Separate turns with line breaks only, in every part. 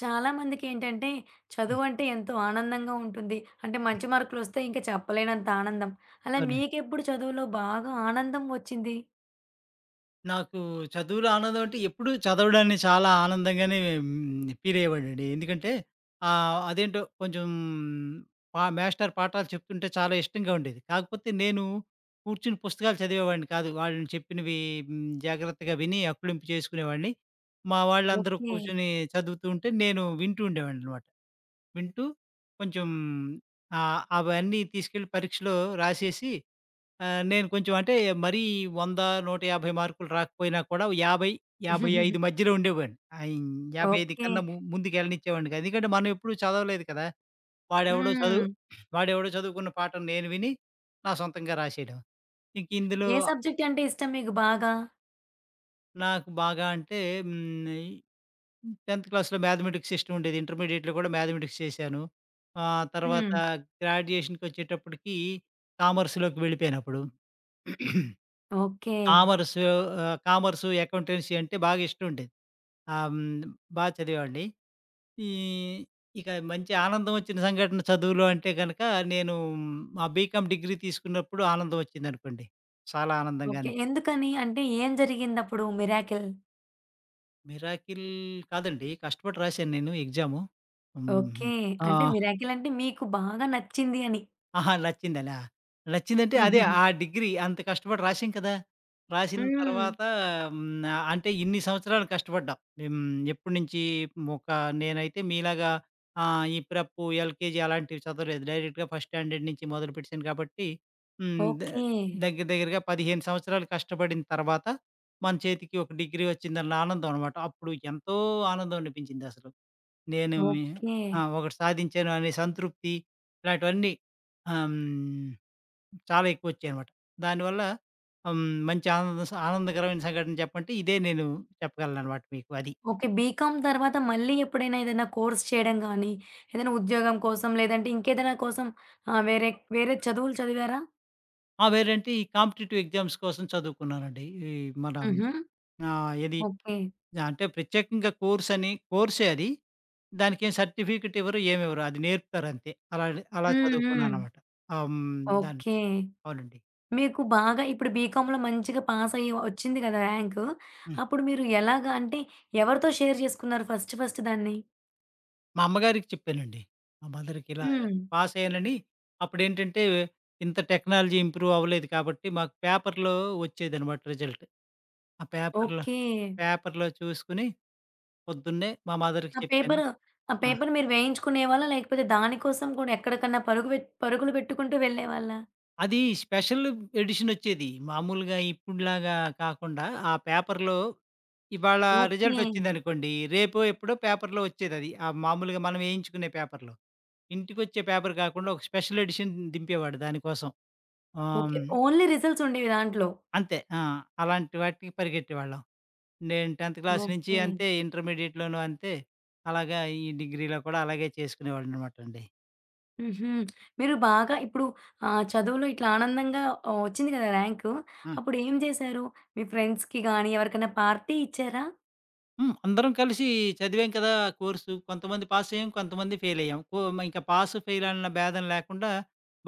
చాలా మందికేంటంటే
హ్మ్.
చదువంటే ఎంతో ఆనందంగా ఉంటుంది. అంటే మంచి మార్కులొస్తే ఇంక చెప్పలేనంత ఆనందం. అలా
అవునండి.
మీకెప్పుడు చదువులో బాగా ఆనందం వచ్చింది?
నాకు చదువులో ఆనందం అంటే ఎప్పుడూ చదవడాన్ని చాలా ఆనందంగానే ఫీల్ అయ్యేవాడినండి. ఎందుకంటే అదేంటో కొంచెం మేస్టారు పాఠాలు చెప్తుంటే చాలా ఇష్టంగా ఉండేది. కాకపోతే నేను కూర్చుని పుస్తకాలు చదివేవాడిని కాదు. వాళ్ళని చెప్పినవి హ్మ్. జాగ్రత్తగా విని అప్పులింపు చేసుకునేవాడిని. మా వాళ్ళందరూ
ఓకే.
కూర్చొని చదువుతూ ఉంటే నేను వింటూ ఉండేవాడిననమాట. వింటూ కొంచెం అవన్నీ తీసుకెళ్ళి పరీక్షలో రాసేసి. నేను కొంచెం అంటే మరీ 100, 150 మార్కులు రాకపోయినా కూడా 50, 55 మధ్యలో ఉండేవాడిని. 55
ఓకే.
కన్నా ముందుకెళ్ళనిచ్చేవాడిని కాదు. ఎందుకంటే మనం ఎప్పుడూ చదవలేదు కదా! వాడెవడో చదువు
హ్మ్.
వాడెవడో చదువుకున్న పాఠం నేను విని, నా సొంతంగా రాసేయడం. ఇంక ఇందులో
ఏ సబ్జెక్ట్ అంటే ఇష్టం మీకు బాగా?
నాకు బాగా అంటే హ్మ్, ఈ 10థ్ క్లాస్‌లో మ్యాథమెటిక్స్ ఇష్టం ఉండేది. ఇంటర్మీడియేట్‌లో కూడా మ్యాథమెటిక్స్ చేశాను.
హ్మ్.
తర్వాత గ్రాడ్యుయేషన్‌కొచ్చేటప్పటికి కామర్స్‌లోకి వెళ్ళిపోయానప్పుడు.
ఓకే.
కామర్సు, కామర్సు, అకౌంటెన్సీ అంటే బాగా ఇష్టం ఉండేది. ఆహ్, హ్మ్. బా చదివేవాడిని. ఈ ఇక మంచి ఆనందం వచ్చిన సంఘటన చదువులో అంటే గనక నేను మా బీకామ్ డిగ్రీ తీసుకున్నప్పుడు ఆనందం వచ్చిందనుకోండి. చాలా ఆనందంగా
ఓకే.
అనిపి.
ఎందుకని? అంటే ఏం జరిగిందప్పుడు మిరాకిల్?
మిరాకిల్ కాదండి. కష్టపడి రాశాను నేను ఎగ్జాము.
ఓకే.
హ్మ్. ఆ!
అంటే మిరాకిల్ అంటే మీకు బాగా నచ్చింది అని.
ఆహా! నచ్చిందనా? నచ్చిందంటే అదే ఆ డిగ్రీ అంత కష్టపడి రాసాం కదా! రాసిన
హ్మ్.
తర్వాత. హ్మ్. అంటే ఇన్ని సంవత్సరాలు కష్టపడ్డాం. హ్మ్. ఎప్పటి నుంచి ఒక నేనైతే మీలాగా ఆహ్, ఈ ప్రెప్పు, ఎల్‌కేజీ అలాంటివి చదవలేదు. డైరెక్ట్‌గా ఫస్ట్ స్టాండర్డ్ నుంచి మొదలుపెట్టేసాను కాబట్టి హ్మ్. The
okay.
దగ్గర దగ్గరగా 15 సంవత్సరాలు కష్టపడిన తర్వాత మన చేతికి ఒక డిగ్రీ వచ్చిందన్న ఆనందం అనమాట. అప్పుడు ఎంతో ఆనందం అనిపించిందసలు. నేను
ఓకే.
ఆ! ఒకటి సాధించాను అనే సంతృప్తి ఇలాంటివన్నీ ఆహ్, హ్మ్, చాలా ఎక్కువొచ్చాయనమాట. దానివల్ల హ్మ్, మంచి ఆనంద ఆనందకరమైన సంఘటన చెప్పంటే ఇదే నేను చెప్పగలననమాట మీకు అది.
ఓకే. బీకామ్ తర్వాత మళ్ళీ ఎప్పుడైనా ఏదైనా కోర్స్ చేయడం గానీ, ఏదైనా ఉద్యోగం కోసం లేదంటే ఇంకేదైనా కోసం వేరే వేరే చదువులు చదివారా?
ఆ! వేరేంటి ఈ కాంపిటీటివ్ ఎగ్జామ్స్ కోసం చదువుకున్నానండి. ఈ మన
హుహు.
ఆహ్, ఏది
ఓకే.
అంటే ప్రత్యేకంగా కోర్స్ అని కోర్సే అది. దానికేం సర్టిఫికేట్ ఇవ్వరు, ఏమివ్వరు. అది నేర్పుతారంతే. అలా అలా
హ్మ్. హ్మ్.
చదువుకున్నాననమాట. ఆహ్, హ్మ్, దాన్ని
ఓకే.
అవునండి.
మీకు బాగా ఇప్పుడు బీకామ్‌లో మంచిగా పాస్ అయ్యి వచ్చింది కదా! ర్యాంకు.
హ్మ్.
అప్పుడు మీరు ఎలాగా అంటే ఎవరితో షేర్ చేసుకున్నారు ఫస్ట్ ఫస్ట్ దాన్ని?
మా అమ్మగారికి చెప్పానండి. మా మదర్‌కి ఇలా
హ్మ్.
పాస్ అయ్యానని. అప్పుడేంటంటే ఇంత టెక్నాలజీ ఇంప్రూవ్ అవ్వలేదు కాబట్టి మాకు పేపర్‌లో వచ్చేదనమాట రిజల్ట్. ఆ పేపర్‌లో
ఓకే.
పేపర్‌లో చూసుకొని పొద్దున్నే మా మదర్‌కి
ఆ
చెప్పాను.
పేపరు ఆ
ఆ!
పేపర్ మీరు వేయించుకునేవాళ్ళా? లేకపోతే దానికోసం కూడా ఎక్కడికన్నా పరుగులు పెట్టుకుంటూ వెళ్ళేవాళ్ళా?
అది స్పెషల్ ఎడిషన్ వచ్చేది. మామూలుగా ఇప్పుడులాగా కాకుండా ఆ పేపర్‌లో ఇవాళ
ఓకే.
రిజల్ట్ వచ్చిందనుకోండి. రేపో ఎప్పుడో పేపర్‌లో వచ్చేదది. ఆ మామూలుగా మనం వేయించుకునే పేపర్‌లో. ఇంటికొచ్చే పేపర్ కాకుండా ఒక స్పెషల్ ఎడిషన్ దింపేవాడు దానికోసం. ఆహ్,
ఓకే.
హ్మ్.
ఓన్లీ రిజల్ట్స్ ఉండేవి దాంట్లో.
అంతే. ఆ! అలాంటి వాటికి పరిగెట్టేవాళ్ళం. నేను 10థ్ క్లాస్ నుంచి
ఓకే.
అంతే ఇంటర్మీడియేట్‌లోనూ అంతే. అలాగా ఈ డిగ్రీలో కూడా అలాగే చేసుకునేవాడిననమాటండి.
హుహు. మీరు బాగా ఇప్పుడు చదువులో ఇట్లా ఆనందంగా వచ్చింది కదా! ర్యాంకు.
ఆ!
అప్పుడు ఏం చేశారు? మీ ఫ్రెండ్స్‌కి గాని, ఎవరికైనా పార్టీ ఇచ్చారా?
హ్మ్. అందరం కలిసి చదివాం కదా! ఆ కోర్సు. కొంతమంది పాసయ్యాం. కొంతమంది ఫెయిలయ్యాం. ఇంకా పాస్, ఫెయిల్ అన్న భేదం లేకుండా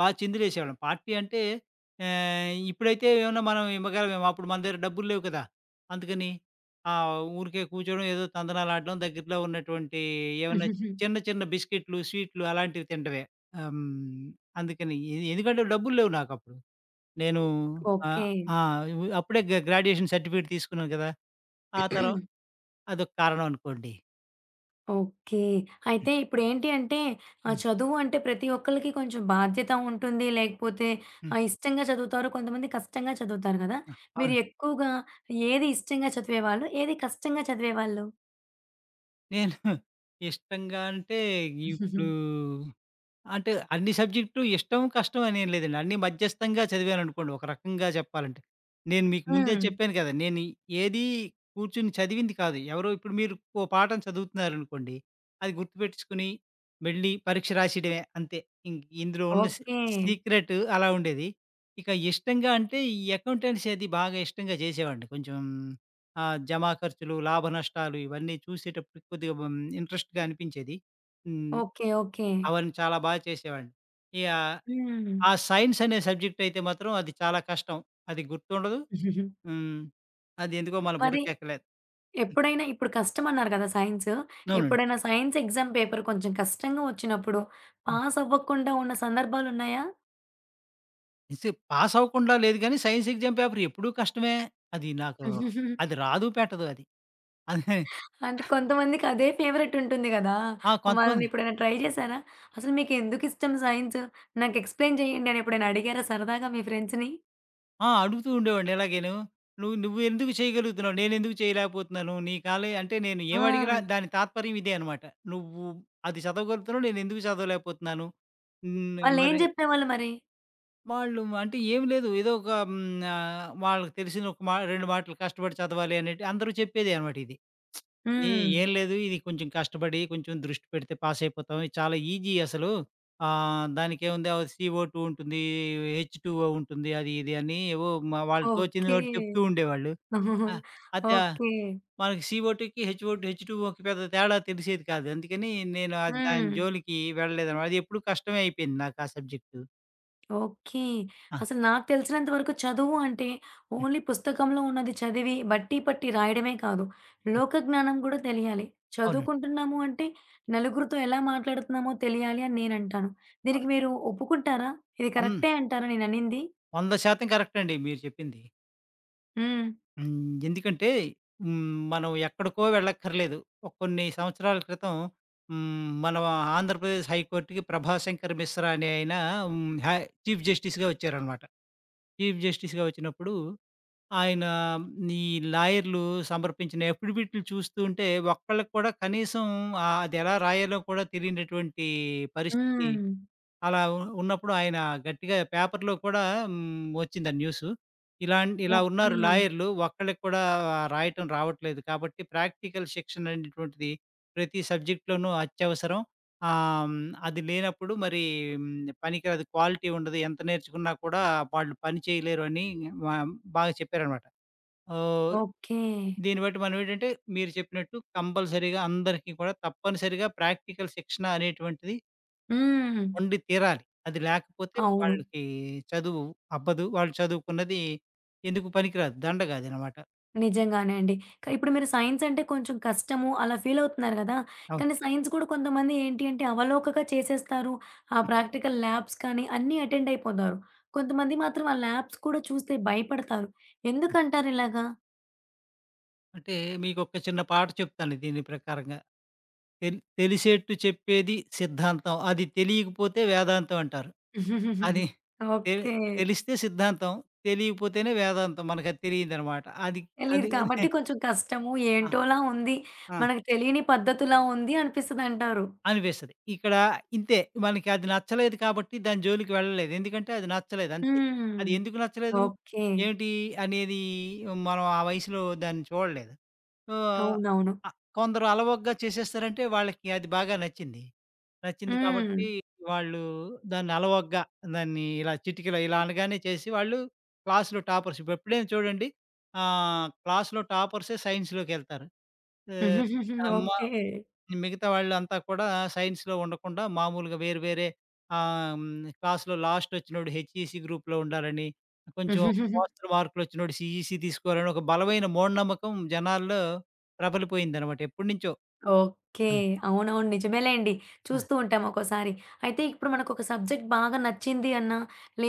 బా చిందులేసేవాళ్ళం. పార్టీ అంటే ఇప్పుడైతే ఏమన్నా మనం ఇవ్వగలమేమో! అప్పుడు మన దగ్గర డబ్బులు లేవు కదా! అందుకని ఊరికే కూర్చోవడం, ఏదో తందనాలాడడం, దగ్గరలో ఉన్నటువంటి ఏమన్నా
మ్హూ.
చిన్న, చిన్న బిస్కెట్‌లు, స్వీట్లు అలాంటివి తినడమే. ఆహ్, హ్మ్. అందుకని ఎందుకంటే డబ్బులు లేవు నాకప్పుడు. నేను ఆహ్,
ఓకే.
ఆ! అప్పుడే గ్రాడ్యుయేషన్ సర్టిఫికేట్ తీసుకున్నాను కదా! ఆ తర్వా అదొక కారణం అనుకోండి.
ఓకే.
హ్మ్.
అయితే ఇప్పుడేంటి అంటే
హ్మ్.
చదువు అంటే ప్రతి ఒక్కళ్ళకి కొంచెం బాధ్యత ఉంటుంది. లేకపోతే
హ్మ్.
ఇష్టంగా చదువుతారు. కొంతమంది కష్టంగా చదువుతారు కదా!
ఆ!
మీరు
అవును.
ఎక్కువగా ఏది ఇష్టంగా చదివేవాళ్ళు? ఏది కష్టంగా చదివేవాళ్ళు?
నేను ఇష్టంగా అంటే ఇప్పుడు అంటే అన్ని సబ్జెక్టు ఇష్టం, కష్టం అనేం లేదండి. అన్నీ మధ్యస్థంగా చదివాననుకోండి ఒక రకంగా చెప్పాలంటే. నేను మీకు ముందే
హ్మ్.
చెప్పాను కదా! నేను ఏది కూర్చొని చదివింది కాదు. ఎవరో ఇప్పుడు మీరు ఓ పాఠం చదువుతున్నారనుకోండి, అది గుర్తుపెట్టేసుకొని మళ్ళీ పరీక్ష రాసేయడమే అంతే. ఇంక ఇందులో ఉన్న
ఓకే.
సీక్రెటు అలా ఉండేది. ఇక ఇష్టంగా అంటే ఈ అకౌంటెన్సీ అది బాగా ఇష్టంగా చేసేవాడిని. కొంచెం జమా ఖర్చులు, లాభ నష్టాలు ఇవన్నీ చూసేటప్పుడు కొద్దిగా ఇంట్రెస్ట్‌గా అనిపించేది. హ్మ్.
ఓకే. ఓకే.
అవన్నీ చాలా బాగా చేసేవాడిని. ఇక
హ్మ్.
ఆ సైన్స్ అనే సబ్జెక్ట్ అయితే మాత్రం అది చాలా కష్టం. అది గుర్తుండదు. హ్మ్. అది ఎందుకో మన
మరి
బుర్రకెక్కలేదు.
ఎప్పుడైనా ఇప్పుడు కష్టమన్నారు కదా! సైన్స్.
అవునండి.
ఎప్పుడైనా సైన్స్ ఎగ్జామ్ పేపర్ కొంచెం కష్టంగా వచ్చినప్పుడు పాస్ అవ్వకుండా ఉన్న సందర్భాలున్నాయా?
ఇసి పాస్ అవ్వకుండా లేదు గానీ సైన్స్ ఎగ్జామ్ పేపర్ ఎప్పుడూ కష్టమే. అది నాకు అది రాదు పెట్టదు అది. అదే
అంటే కొంతమందికి అదే ఫేవరెట్ ఉంటుంది గదా!
ఆ!
వాళ్ళని
కొంతమంది
ఎప్పుడైనా ట్రై జేశారా? అసలు మీకెందుకిష్టం సైన్స్? నాకు ఎక్స్‌ప్లెయిన్ చేయండి అని ఎప్పుడైనా అడిగారా సరదాగా మీ ఫ్రెండ్స్‌ని?
ఆ! అడుగుతూ ఉండేవాడిని ఇలాగేను. నువ్వెందుకు చేయగలుగుతున్నావు? నేనెందుకు చేయలేకపోతున్నాను? నీ కాలే" అంటే నేను
ఆ!
ఏం అడిగినా దాని తాత్పర్యం ఇదే అన్నమాట. "నువ్వు అది చదవగలుగుతున్నావు. నేనెందుకు చదవలేకపోతున్నాను?" హ్మ్.
వాళ్ళేం
మరి
జెప్పేవాళ్ళు మరి?
వాళ్ళు అంటే ఏమి లేదు. ఏదో ఒక హ్మ్. ఆహ్, వాళ్ళకి తెలిసిన ఒక మా 2 మాటలు కష్టపడి చదవాలి అనేటి అందరూ చెప్పేదే అనమాట ఇది. ఇది
హ్మ్.
ఏం లేదు. ఇది కొంచెం కష్టపడి కొంచెం దృష్టి పెడితే పాస్ అయిపోతాం. ఇది చాలా ఈజీ అసలు. దానికేముంది సీఓ2 ఉంటుంది. హెచ్2ఓ ఉంటుంది. అది ఇది అని ఏవో మా వాళ్ళు తోచింది
ఓకే.
ఒకటి చెప్తూ ఉండేవాళ్ళు. ఆ! అదే ఆ,
ఓకే.
మనకి సీఓ2కి, హెచ్ఓ2 హెచ్2ఓకి పెద్ద తేడా తెలిసేది కాదు. అందుకని నేను దాని
హ్మ్.
జోలికి వెళ్ళలేదనమాట. అది ఎప్పుడు కష్టమే అయిపోయింది నాకు ఆ సబ్జెక్టు.
ఓకే.
ఆ!
అసలు నాకు తెలిసినంత వరకు చదువు అంటే
హ్మ్.
ఓన్లీ పుస్తకంలో ఉన్నది చదివి బట్టి పట్టి రాయడమే కాదు.
హ్మ్.
లోక జ్ఞానం గూడా తెలియాలి.
అవును.
చదువుకుంటున్నాము అంటే నలుగురితో ఎలా మాట్లాడుతున్నామో తెలియాలి అని నేనంటాను.
ఆ!
దీనికి మీరు ఒప్పుకుంటారా? ఇది కరెక్టే అంటారా నేననింది?
అన్ 100% కరెక్ట్ అండి మీరు చెప్పింది.
హ్మ్.
హ్మ్. ఎందుకంటే హ్మ్. మనం ఎక్కడికో వెళ్ళక్కర్లేదు. ఒక కొన్ని సంవత్సరాల క్రితం హ్మ్. మన ఆంధ్రప్రదేశ్ హైకోర్ట్‌కి ప్రభాశంకర్ మిశ్రా అనే ఆయన హ్మ్. హై చీఫ్ జస్టిస్‌గా వచ్చారనమాట. చీఫ్ జస్టిస్‌గా వచ్చినప్పుడు ఆయన ఈ లాయర్‌లు సమర్పించిన ఎఫిడవిట్లు చూస్తూ ఉంటే ఒక్కళ్ళకి కూడా కనీసం అది ఎలా రాయాలో కూడా తెలియనటువంటి పరిస్థితి
హ్మ్.
అలా ఉ ఉన్నప్పుడు ఆయన గట్టిగా పేపర్‌లో కూడా వచ్చింది ఆ న్యూసు. ఇలా
ఓకే.
ఉన్నారు లాయర్‌లు. ఒక్కళ్ళకి కూడా రాయటం రావట్లేదు. కాబట్టి ప్రాక్టికల్ శిక్షణ అనేటువంటిది ప్రతి సబ్జెక్ట్‌లోనూ అత్యవసరం. ఆహ్, హ్మ్, అది లేనప్పుడు మరి హ్మ్, పనికిరాదు. క్వాలిటీ ఉండదు. ఎంత నేర్చుకున్నా కూడా వాళ్ళు పని చేయలేరు అని మా బాగా చెప్పారనమాట. ఓహ్!
ఓకే.
దీన్ని బట్టి మనం ఏంటంటే మీరు చెప్పినట్టు కంపల్సరీగా అందరికీ కూడా తప్పనిసరిగా ప్రాక్టికల్ శిక్షణ అనేటువంటిది
హ్మ్.
వండి తీరాలి. అది లేకపోతే
అవును.
వాళ్ళకి చదువు అబ్బదు. వాళ్ళు చదువుకున్నది ఎందుకు పనికిరాదు. దండగ అదనమాట.
నిజంగానే అండి. ఇప్పుడు మీరు సైన్స్ అంటే కొంచెం కష్టము అలా ఫీల్ అవుతున్నారు గదా!
అవును.
కానీ సైన్స్ కూడా కొంతమంది ఏంటి అంటే అవలోకగా చేసేస్తారు. ఆ
హ్మ్.
ప్రాక్టికల్ ల్యాబ్స్ కానీ అన్నీ అటెండ్ అయిపోతారు. కొంతమంది మాత్రం ఆ ల్యాబ్స్ కూడా చూస్తే భయపడతారు.
హ్మ్.
ఎందుకంటారు ఇలాగా?
అంటే మీకొక చిన్న పాట చెప్తాను దీని ప్రకారంగా. తెలిసేట్టు చెప్పేది సిద్ధాంతం. అది తెలియకపోతే వేదాంతం అంటారు. అది తెల్
ఓకే.
తెలిస్తే సిద్ధాంతం. తెలియకపోతేనే వేదాంతం. మనకది తెలియదనమాట. అది
తెలీదు
అది
కాబట్టి కొంచెం కష్టము
ఆ!
ఏంటోలా ఉంది.
ఆ!
మనకు తెలియని పద్ధతిలా ఉంది అనిపిస్తదంటారు.
అనిపిస్తది. ఇక్కడ ఇంతే మనకి అది నచ్చలేదు కాబట్టి దాని జోలికి వెళ్ళలేదు. ఎందుకంటే అది నచ్చలేదు అంతే.
హ్మ్.
అది ఎందుకు నచ్చలేదు,
ఓకే.
ఏమిటి అనేది మనం ఆ వయసులో దాన్ని చూడలేదు. సో,
అవునవును.
అ కొందరు అలవోకగా చేసేస్తారంటే వాళ్ళకి అది బాగా నచ్చింది. నచ్చింది
హ్మ్.
కాబట్టి వాళ్ళు దాన్ని అలవోకగా దాన్ని ఇలా చిటికిలో ఇలా అనగానే చేసి వాళ్ళు క్లాస్‌లో టాపర్స్. ఇప్పుడెప్పుడైనా చూడండి క్లాస్‌లో టాపర్సే సైన్స్‌లోకెళ్తారు. ఆహ్, అమ్మ
ఓకే.
మిగతా వాళ్ళంతా కూడా సైన్స్‌లో ఉండకుండా మామూలుగా వేరు వేరే క్లాస్‌లో లాస్ట్ వచ్చినోడు హెచ్‌ఈసీ గ్రూప్‌లో ఉండాలని, కొంచెం ఒక మోస్తరు మార్కులొచ్చినోడు సీఈసీ తీసుకోవాలని ఒక బలమైన మూఢనమ్మకం జనాల్లో ప్రబలిపోయిందనమాట ఎప్పటినుంచో.
ఓకే.
ఆ!
అవునవును. నిజమేలేండి.
ఆ!
చూస్తూ ఉంటాం ఒక్కోసారి. అయితే ఇప్పుడు మనకొక సబ్జెక్ట్ బాగా నచ్చింది అన్నా,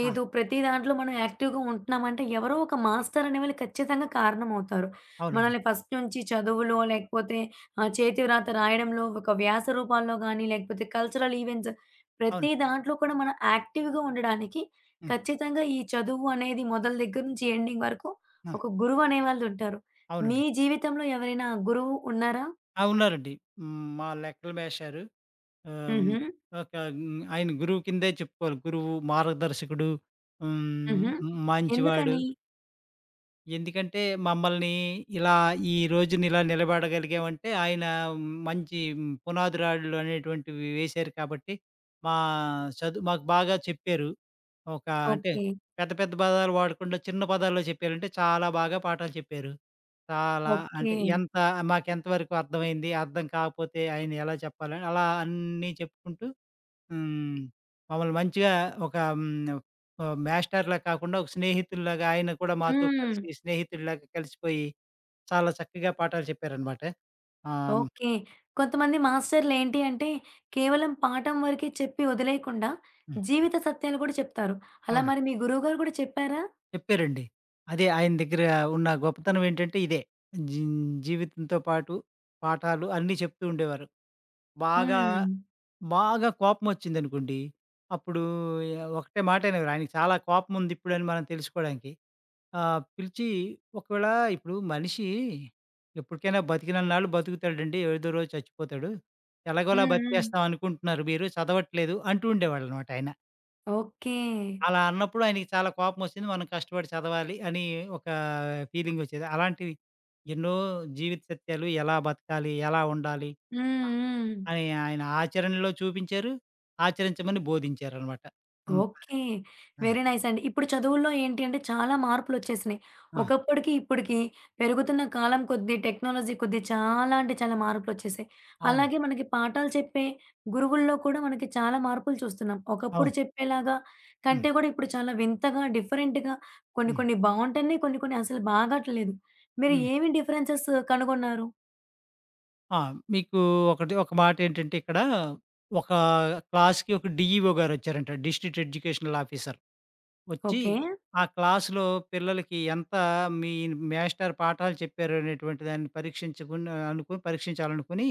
ఆ!
ప్రతి దాంట్లో మనం యాక్టివ్‌గా ఉంటున్నామంటే ఎవరో ఒక మాస్టర్ అనేవాళ్ళు ఖచ్చితంగా కారణమవుతారు.
అవునండి.
మనల్ని ఫస్ట్ నుంచి చదువులో లేకపోతే చేతివ్రాత రాయడంలో, ఒక వ్యాస రూపాల్లో గానీ, లేకపోతే కల్చరల్ ఈవెంట్స్
అవును.
ప్రతి దాంట్లో కూడా మనం యాక్టివ్‌గా ఉండడానికి
హ్మ్.
ఖచ్చితంగా ఈ చదువు అనేది మొదలు దగ్గర నుంచి ఎండింగ్ వరకు
ఆ!
ఒక గురువు అనేవాళ్ళుంటారు. మీ
అవునండి.
జీవితంలో ఎవరైనా గురువు ఉన్నారా?
ఆ! ఉన్నారండి. హ్మ్. మా లెక్కలు మేస్టారు ఆహ్,
హుహు.
ఒక ఆయన గురువు కిందే చెప్పుకోవాలి. గురువు, మార్గదర్శకుడు, హ్మ్,
హుహు.
మంచివాడు.
ఎందుకని?
ఎందుకంటే మమ్మల్ని ఇలా ఈ రోజున ఇలా నిలబడగలిగామంటే ఆయన మంచి పునాది రాళ్ళు అనేటువంటివి వేశారు కాబట్టి మా చదువు మాకు బాగా చెప్పారు. ఒక అంటే
ఓకే.
పెద్ద పెద్ద పదాలు వాడకుండా చిన్న పదాల్లో చెప్పారంటే చాలా బాగా పాఠాలు చెప్పారు. చాలా
ఓకే.
అంటే మాకెంత వరకు అర్థమైంది, అర్థం కాకపోతే ఆయన ఎలా చెప్పాలని అలా అన్నీ చెప్పుకుంటూ హ్మ్. మమ్మల్ని మంచిగా ఒక హ్మ్. మాస్టర్‌లా కాకుండా ఒక స్నేహితుల్లాగా ఆయన కూడా మాతో
హ్మ్.
కలిసి స్నేహితుడిలాగా కలిసిపోయి చాలా చక్కగా పాఠాలు చెప్పారనమాట. ఆహ్,
ఓకే. కొంతమంది మాస్టర్‌లేంటి అంటే, కేవలం పాఠం వరకే చెప్పి వదిలేయకుండా,
హ్మ్.
జీవిత సత్యాలు కూడా చెప్తారు. అలా
అవును.
మరి మీ గురువుగారు కూడా చెప్పారా?
చెప్పారండి. అదే ఆయన దగ్గర ఉన్న గొప్పతనం ఏంటంటే ఇదే. జీ జీవితంతో పాటు పాఠాలు అన్నీ చెప్తూ ఉండేవారు. బాగా,
హ్మ్.
బాగా కోపమొచ్చిందనుకోండి. అప్పుడు ఒకటే మాట అనేవారు. ఆయనకి చాలా కోపముందిప్పుడని మనం తెలుసుకోవడానికి. ఆ! పిలిచి ఒకవేళ ఇప్పుడు మనిషి ఎప్పటికైనా బతికినన్నాళ్ళు బతుకుతాడండి. ఏదో రోజు చచ్చిపోతాడు. ఎలాగోలా
హ్మ్. హ్మ్.
బతికేస్తాం అనుకుంటున్నారు మీరు చదవట్లేదు అంటూ ఉండేవాళ్ళనమాట ఆయన.
ఓకే.
అలా అన్నప్పుడు ఆయనకి చాలా కోపమొచ్చింది. మనం కష్టపడి చదవాలి అని ఒక ఫీలింగొచ్చేది. అలాంటివి ఎన్నో జీవిత సత్యాలు ఎలా బతకాలి? ఎలా ఉండాలి?
హ్మ్.
అ
హ్మ్.
అని ఆయన ఆచరణలో చూపించారు. ఆచరించమని బోధించారనమాట. అంత
ఓకే.
ఆ!
వెరీ నైస్ అండి. ఇప్పుడు చదువుల్లో ఏంటి అంటే చాలా మార్పులొచ్చేసినాయి.
ఆ!
ఒకప్పటికి, ఇప్పటికి పెరుగుతున్న కాలం కొద్దీ, టెక్నాలజీ కొద్దీ చాలా అంటే చాలా మార్పులొచ్చేసాయి. అలాగే
అవునండి.
మనకి పాఠాలు చెప్పే గురువుల్లో కూడా మనకి చాలా మార్పులు చూస్తున్నాం. ఒకప్పుడు
అవును.
చెప్పేలాగా
హ్మ్.
కంటే కూడా ఇప్పుడు చాలా వింతగా, డిఫరెంట్‌గా కొన్ని
హ్మ్.
కొన్ని బావుంటున్నాయి. కొన్ని కొన్ని అసలు బాగట్లేదు. మీరు
హ్మ్.
ఏమి డిఫరెన్సెస్ కనుగొన్నారు?
ఆ! మీకు ఒక మాటేంటంటే ఇక్కడ ఒక క్లాస్‌కి ఒక డీఈఓ గారొచ్చారంట. District educational officer. వచ్చి
ఓకే.
ఆ క్లాస్‌లో పిల్లలకి ఎంత మీ మేస్టారు పాఠాలు చెప్పారు అనేటువంటి దాన్ని పరీక్షించకుని అనుకుని పరీక్షించాలనుకుని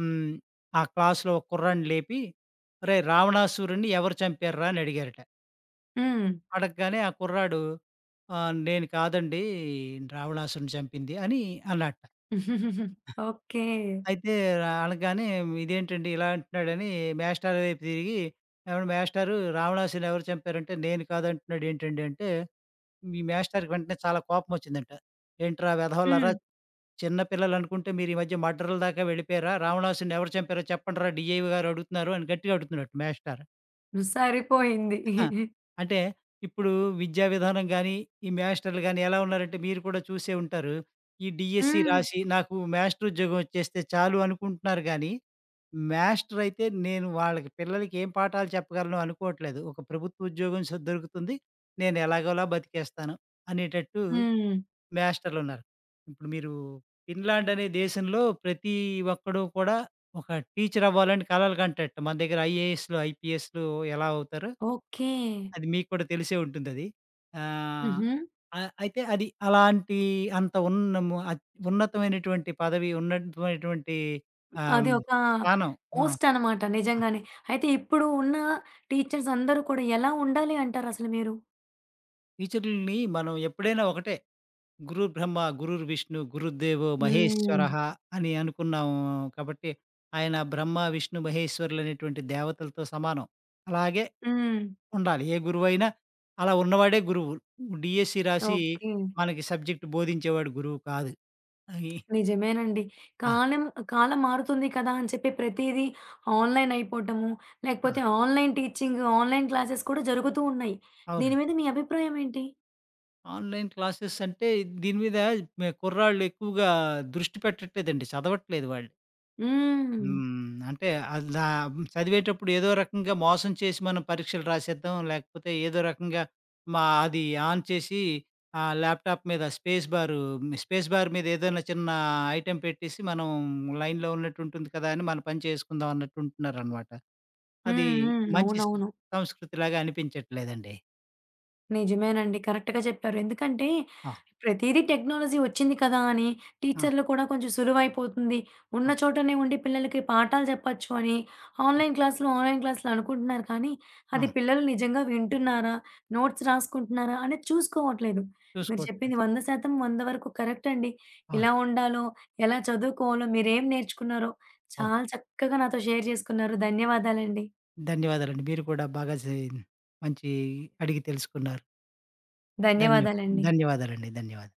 హ్మ్. ఆ క్లాస్‌లో ఒక కుర్రాడిని లేపి, "ఒరేయ్! రావణాసురుడిని ఎవరు చంపారురా?" అని అడిగారట.
హ్మ్.
అడగగానే ఆ కుర్రాడు "నేను కాదండి రావణాసురుడిని చంపింది" అని అన్నాడట.
ఓకే.
అయితే రా- అనగానే ఇదేంటండి ఇలా అంటున్నాడని మేస్టారు వైపు తిరిగి, ఏవండీ మేస్టారు రావణాసురుడిని ఎవరు చంపారంటే, నేను కాదంటున్నాడు ఏంటండి అంటే, మీ మేస్టారుకి వెంటనే చాలా కోపమొచ్చిందంట. ఏంట్రా వెధవలారా!
హ్మ్.
చిన్న పిల్లలనుకుంటే మీరు ఈ మధ్య మర్డర్‌ల దాకా వెళ్ళిపోయారా? రావణాసురుడిని ఎవరు చంపారో చెప్పండిరా డీఐ గారు అడుగుతున్నారు అని గట్టిగా అడుగుతున్నాడట మేస్టారు.
సరిపోయింది.
ఆ! అంటే ఇప్పుడు విద్యా విధానం గాని, ఈ మాస్టర్‌లు గాని ఎలా ఉన్నారంటే మీరు కూడా చూసే ఉంటారు. ఈ డీఎస్సీ
హ్మ్.
రాసి నాకు మాస్టర్ ఉద్యోగం వచ్చేస్తే చాలు అనుకుంటున్నారు గానీ, మాస్టర్ అయితే నేను వాళ్ళకి పిల్లలకి ఏం పాఠాలు చెప్పగలను అనుకోవట్లేదు. ఒక ప్రభుత్వ ఉద్యోగం దొరుకుతుంది. నేను ఎలాగోలా బతికేస్తాను అనేటట్టు
హ్మ్.
మాస్టర్‌లున్నారు. ఇప్పుడు మీరు ఫిన్లాండ్ అనే దేశంలో ప్రతి ఒక్కడు కూడా ఒక టీచర్ అవ్వాలని కలలు కంటాడట. మన దగ్గర ఐఏఎస్‌లు, ఐపీఎస్‌లు ఎలా అవుతారో
ఓకే.
అది మీకు కూడా తెలిసే ఉంటుందది. ఆహ్,
హుహు.
ఆహ్, అయితే అది అలాంటి అంత ఉన్న ము అత్ ఉన్నతమైనటువంటి పదవి, ఉన్నతమైనటువంటి ఆహ్,
అది
హ్మ్,
ఒక
స్థానం. ఆ!
పోస్ట్ అనమాట
ఆ!
నిజంగానే. అయితే ఇప్పుడు ఉన్న టీచర్స్ అందరూ కూడా ఎలా ఉండాలి అంటారసలు మీరు?
టీచరుల్ని మనం ఎప్పుడైనా ఒకటే గురు బ్రహ్మ, గురుర్ విష్ణు, గురుర్దేవో
హ్మ్.
మహేశ్వరః అని అనుకున్నాము కాబట్టి, ఆయన బ్రహ్మ, విష్ణు, మహేశ్వరులనేటువంటి దేవతలతో సమానం. అలాగే
హ్మ్.
ఉండాలి. ఏ గురువైనా అలా ఉన్నవాడే గురువు. డీఎస్సీ రాసి
ఓకే.
మనకి సబ్జెక్ట్ బోధించేవాడు గురువు కాదు. అని
నిజమేనండి.
ఆ!
కాలం కాలం మారుతుంది కదా! అని చెప్పి ప్రతీదీ ఆన్‌లైన్ అయిపోవటము,
ఆ!
లేకపోతే ఆన్‌లైన్ టీచింగ్, ఆన్‌లైన్ క్లాసెస్ కూడా జరుగుతూ ఉన్నాయి. దీని
అవునండి.
మీద మీ అభిప్రాయం ఏంటి?
ఆన్‌లైన్ క్లాసెస్ అంటే దీని మీద మే కుర్రాళ్ళు ఎక్కువగా దృష్టి పెట్టట్లేదండి. చదవట్లేదు వాళ్ళు.
హ్మ్.
హ్మ్. అంటే అది చదివేటప్పుడు ఏదో రకంగా మోసం చేసి మనం పరీక్షలు రాసేద్దాం. లేకపోతే ఏదో రకంగా మా అది ఆన్ చేసి ఆ ల్యాప్‌టాప్ మీద స్పేస్ బార్ మీద ఏదైనా చిన్న ఐటెమ్ పెట్టేసి మనం లైన్‌లో ఉన్నట్టు ఉంటుంది కదా! అని మన పని చేసుకుందాం అన్నట్టు ఉంటున్నారనమాట. అది
హ్మ్. హ్మ్.
మంచి
అవునవును.
సంస్కృతిలాగా అనిపించట్లేదండి.
నిజమేనండి. కరెక్ట్‌గా చెప్పారు. ఎందుకంటే
ఆ!
ప్రతీదీ టెక్నాలజీ వచ్చింది కదా! అని
ఆ!
టీచర్లు కూడా కొంచెం సులువైపోతుంది. ఉన్న
ఆ!
చోటనే ఉండి పిల్లలకి పాఠాలు చెప్పొచ్చు అని
ఆ!
ఆన్‌లైన్ క్లాసులు అనుకుంటున్నారు. కానీ
ఆ!
అది పిల్లలు నిజంగా వింటున్నారా? నోట్స్ రాసుకుంటున్నారా? అనేది చూసుకోవట్లేదు. మీరు చెప్పింది
చూసుకోవట్లేదు.
100% 100 వరకు కరెక్ట్ అండి.
అవును.
ఎలా ఉండాలో, ఎలా చదువుకోవాలో, మీరేం నేర్చుకున్నారో
అవును.
చాలా చక్కగా నాతో షేర్ చేసుకున్నారు. ధన్యవాదాలండి.
ధన్యవాదాలండి. మీరు కూడా బాగా మంచి అడిగి తెలుసుకున్నారు. ధన్యవా
ధన్యవాదాలండి.
ధన్యవాదాలండి. ధన్యవాదాలు.